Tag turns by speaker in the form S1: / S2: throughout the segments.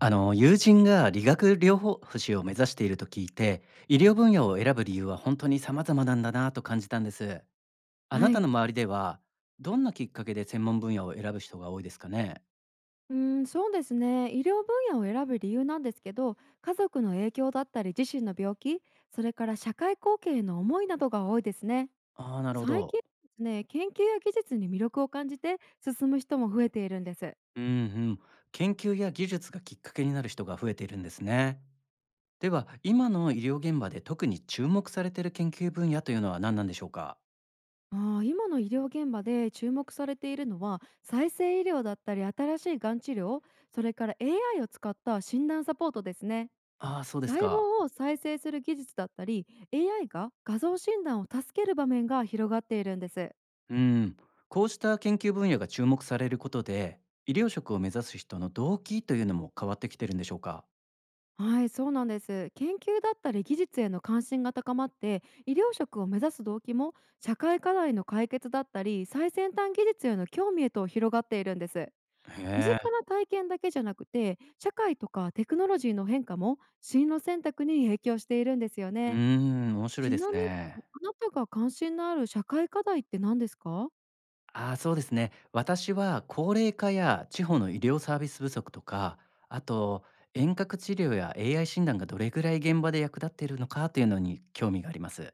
S1: あの友人が理学療法士を目指していると聞いて医療分野を選ぶ理由は本当に様々なんだなと感じたんです。あな
S2: は
S1: たの
S2: い。
S1: 周りではどんなきっかけで専門分野を選ぶ人が多いですかね？
S2: そうですね。医療分野を選ぶ理由なんですけど、家族の影響だったり、自身の病気、それから社会貢献への思いなどが多いですね。
S1: ああー、なるほ
S2: 最
S1: ど。
S2: 近ですね、研究や技術に魅力を感じて進む人も増えているんです。
S1: うんうん。研究や技術がきっかけになる人が増えているんですね。では今の医療現場で特に注目されている研究分野というのは何なんでしょうか？
S2: あ今の医療現場で注目されているのは、再生医療だったり、新しいがん治療、それから AI を使った診断サポートですね。
S1: ああー、そうです
S2: 細
S1: か。
S2: 胞を再生する技術だったり AI が画像診断を助ける場面が広がっているんです。
S1: うん、こうした研究分野が注目されることで、医療職を目指す人の動機というのも変わってきてるんでしょうか。
S2: はい、そうなんです。研究だったり技術への関心が高まって、医療職を目指す動機も社会課題の解決だったり、最先端技術への興味へと広がっているんです。
S1: へ
S2: 身近
S1: え、
S2: な体験だけじゃなくて、社会とかテクノロジーの変化も進路選択に影響しているんですよ
S1: うー
S2: ね。
S1: ん、面白い
S2: ち
S1: です
S2: なみに、
S1: ね。
S2: あなたが関心のある社会課題って何ですか？
S1: ああ、そうですね。私は高齢化や地方の医療サービス不足とか、あと遠隔治療や AI 診断がどれぐらい現場で役立っているのかというのに興味があります。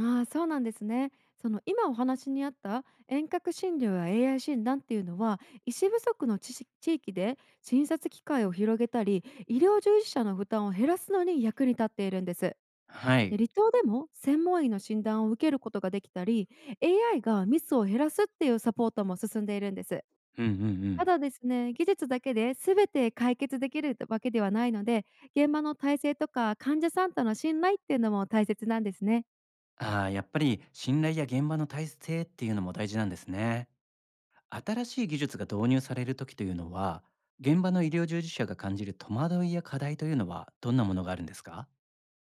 S2: ああ、そうなんですね。その今お話にあった遠隔診療や AI 診断っていうのは、医師不足の知識地域で診察機会を広げたり、医療従事者の負担を減らすのに役に立っているんです。
S1: は
S2: で、
S1: い。
S2: 離島でも専門医の診断を受けることができたり、 AI がミスを減らすっていうサポートも進んでいるんです。
S1: うんうんう
S2: た
S1: ん。
S2: だですね、技術だけで全て解決できるわけではないので、現場の体制とか患者さんとの信頼っていうのも大切なんですね。
S1: ああ、やっぱり信頼や現場の体制っていうのも大事なんですね。新しい技術が導入される時というのは現場の医療従事者が感じる戸惑いや課題というのはどんなものがあるんですか？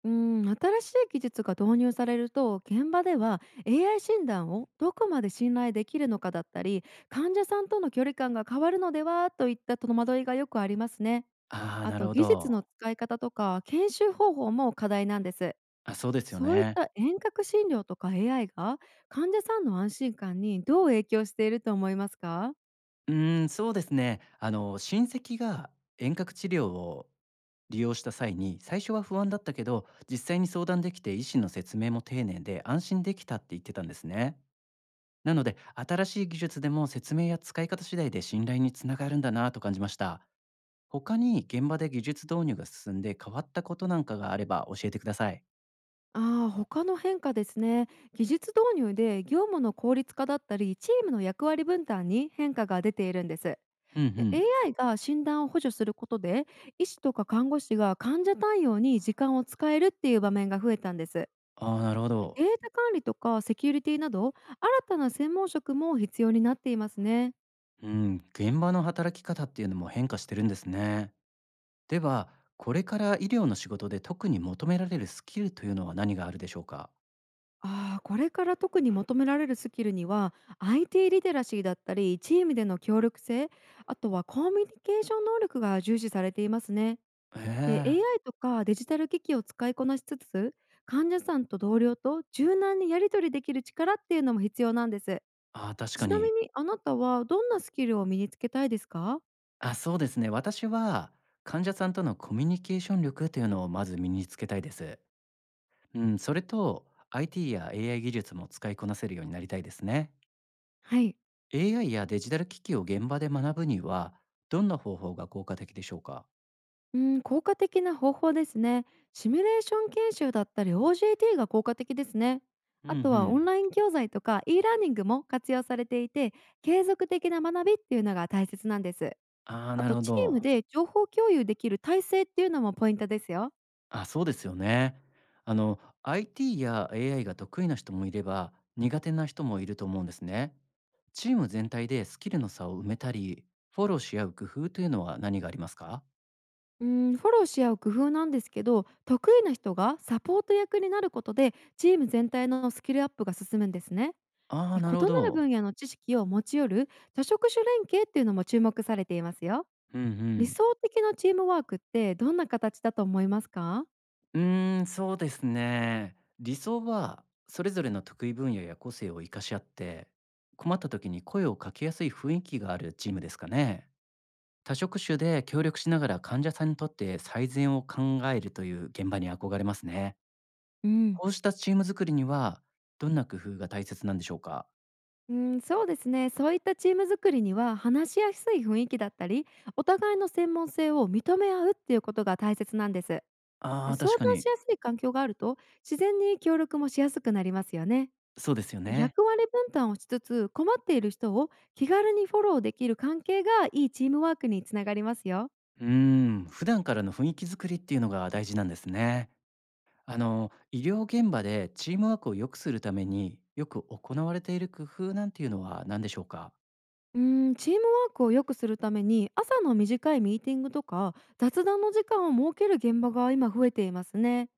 S2: うん、新しい技術が導入されると現場では、 AI 診断をどこまで信頼できるのかだったり、患者さんとの距離感が変わるのではといった戸惑いがよくありますね。
S1: ああー、
S2: あ
S1: なる
S2: と
S1: ほ
S2: 技術
S1: ど。
S2: の使い方とか研修方法も課題なんです。
S1: あ、そうですよ
S2: そういっ
S1: ね。
S2: た遠隔診療とか AI が患者さんの安心感にどう影響していると思いますか？
S1: うーん、そうですね。あの親戚が遠隔治療を利用した際に最初は不安だったけど、実際に相談できて医師の説明も丁寧で安心できたって言ってたんですね。なので新しい技術でも説明や使い方次第で信頼につながるんだなと感じました。他に現場で技術導入が進んで変わったことなんかがあれば教えてください。
S2: ああ、他の変化ですね。技術導入で業務の効率化だったりチームの役割分担に変化が出ているんです。
S1: うんう
S2: で、
S1: ん。
S2: AI が診断を補助することで、医師とか看護師が患者対応に時間を使えるっていう場面が増えたんです。
S1: ああ、なるほ
S2: デ
S1: ど。
S2: ータ管理とかセキュリティなど、新たな専門職も必要になっていますね。
S1: うん、現場の働き方っていうのも変化してるんですね。では、これから医療の仕事で特に求められるスキルというのは何があるでしょうか？
S2: ああ、これから特に求められるスキルには、IT リテラシーだったり、チームでの協力性、あとはコミュニケーション能力が重視されていますね。
S1: へ
S2: で、
S1: え。
S2: AI とかデジタル機器を使いこなしつつ、患者さんと同僚と柔軟にやり取りできる力っていうのも必要なんです。
S1: ああ、確か
S2: ちなみ
S1: に。
S2: にあなたはどんなスキルを身につけたいですか？
S1: あ、そうですね。私は患者さんとのコミュニケーション力というのをまず身につけたいです。うん、それと IT や AI 技術も使いこなせるようになりたいですね。
S2: はい。
S1: AI やデジタル機器を現場で学ぶには、どんな方法が効果的でしょうか？
S2: うん、効果的な方法ですね。シミュレーション研修だったり OJT が効果的ですね。
S1: うん
S2: あ
S1: う
S2: とはオ
S1: ん。
S2: ンライン教材とか e ラーニングも活用されていて、継続的な学びっていうのが大切なんです。
S1: ああ、
S2: あ
S1: なる
S2: と
S1: ほ
S2: チー
S1: ど。
S2: ムで情報共有できる体制っていうのもポイントですよ。
S1: あ、そうですよね。あの、IT や AI が得意な人もいれば、苦手な人もいると思うんですね。チーム全体でスキルの差を埋めたり、フォローし合う工夫というのは何がありますか？
S2: うフォローし合う工夫なんですけど、得意な人がサポート役になることでチーム全体のスキルアップが進むんですね。
S1: ああー、
S2: で、異
S1: なるほ
S2: なる
S1: ど。
S2: 分野の知識を持ち寄る多職種連携っていうのも注目されていますよ。
S1: うんう
S2: 理
S1: ん。
S2: 想的なチームワークってどんな形だと思いますか？
S1: うーん、そうですね。理想は、それぞれの得意分野や個性を生かし合って、困った時に声をかけやすい雰囲気があるチームですかね。多職種で協力しながら患者さんにとって最善を考えるという現場に憧れますね。
S2: うん、
S1: こうしたチーム作りには、どんな工夫が大切なんでしょうか？
S2: うん、そうですね。そういったチーム作りには、話しやすい雰囲気だったりお互いの専門性を認め合うっていうことが大切なんです。
S1: ああー、確
S2: 相
S1: か
S2: 談し
S1: に、
S2: やすい環境があると、自然に協力もしやすくなりますよね。
S1: そうですよね。
S2: 役割分担をしつつ、困っている人を気軽にフォローできる関係がいいチームワークにつながりますよ。
S1: うーん、普段からの雰囲気作りっていうのが大事なんですね。あの医療現場でチームワークを良くするためによく行われている工夫なんていうのは何でしょうか？
S2: チームワークを良くするために、朝の短いミーティングとか雑談の時間を設ける現場が今増えていますね。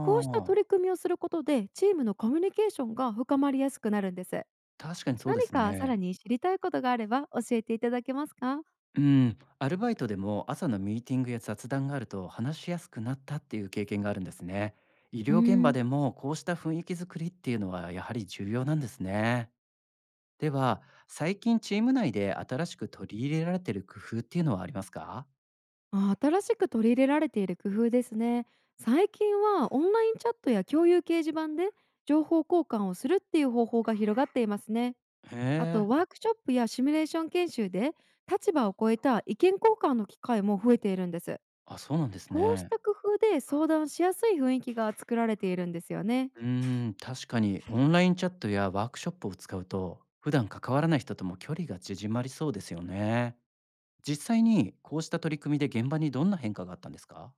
S2: こうした取
S1: あ、
S2: り組みをすることでチームのコミュニケーションが深まりやすくなるんです。
S1: 確かにそうで
S2: 何
S1: す
S2: かさら
S1: ね。
S2: に知りたいことがあれば教えていただけますか？
S1: うん、アルバイトでも朝のミーティングや雑談があると話しやすくなったっていう経験があるんですね。医
S2: うー
S1: 療現場
S2: ん
S1: でもこうした雰囲気作りっていうのはやはり重要なんですね。では、最近チーム内で新しく取り入れられている工夫っていうのはありますか？
S2: 新しく取り入れられている工夫ですね。最近はオンラインチャットや共有掲示板で情報交換をするっていう方法が広がっていますね。
S1: へ
S2: あと
S1: え。
S2: ワークショップやシミュレーション研修で、立場を超えた意見交換の機会も増えているんです。
S1: あ、そうなんです
S2: こうし
S1: ね。
S2: た工夫で相談しやすい雰囲気が作られているんですよね。
S1: うーん、確かにオンラインチャットやワークショップを使うと普段関わらない人とも距離が縮まりそうですよね。実際にこうした取り組みで現場にどんな変化があったんですか？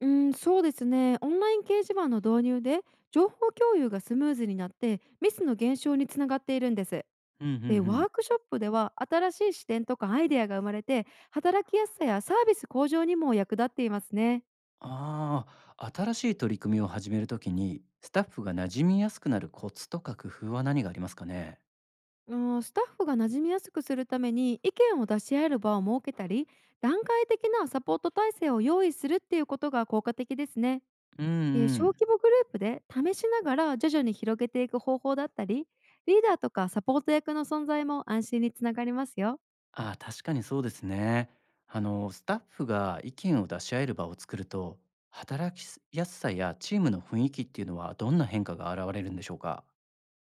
S2: うん、そうですね。オンライン掲示板の導入で情報共有がスムーズになって、ミスの減少につながっているんです。
S1: うんうんう
S2: でワ
S1: ん。
S2: ークショップでは、新しい視点とかアイデアが生まれて、働きやすさやサービス向上にも役立っていますね。
S1: ああ、新しい取り組みを始めるときにスタッフが馴染みやすくなるコツとか工夫は何がありますかね？
S2: うんスタッフが馴染みやすくするために、意見を出し合える場を設けたり、段階的なサポート体制を用意するっていうことが効果的ですね。
S1: うん
S2: で、
S1: う
S2: 小
S1: ん。
S2: 規模グループで試しながら徐々に広げていく方法だったり、リーダーとかサポート役の存在も安心につながりますよ。
S1: ああ、確かにそうですね。あの、スタッフが意見を出し合える場を作ると、働きやすさやチームの雰囲気っていうのはどんな変化が現れるんでしょうか？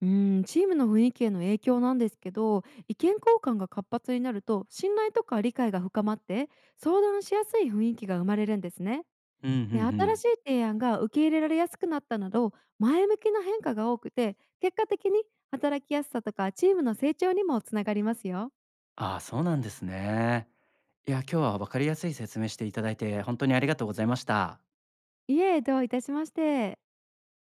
S2: うん、チームの雰囲気への影響なんですけど、意見交換が活発になると信頼とか理解が深まって、相談しやすい雰囲気が生まれるんですね。
S1: うんうんう
S2: で新
S1: ん。
S2: しい提案が受け入れられやすくなったなど、前向きな変化が多くて、結果的に働きやすさとかチームの成長にもつながりますよ。
S1: ああ、そうなんですね。いや、今日は分かりやすい説明していただいて、本当にありがとうございました。
S2: いえ、どういたしまして。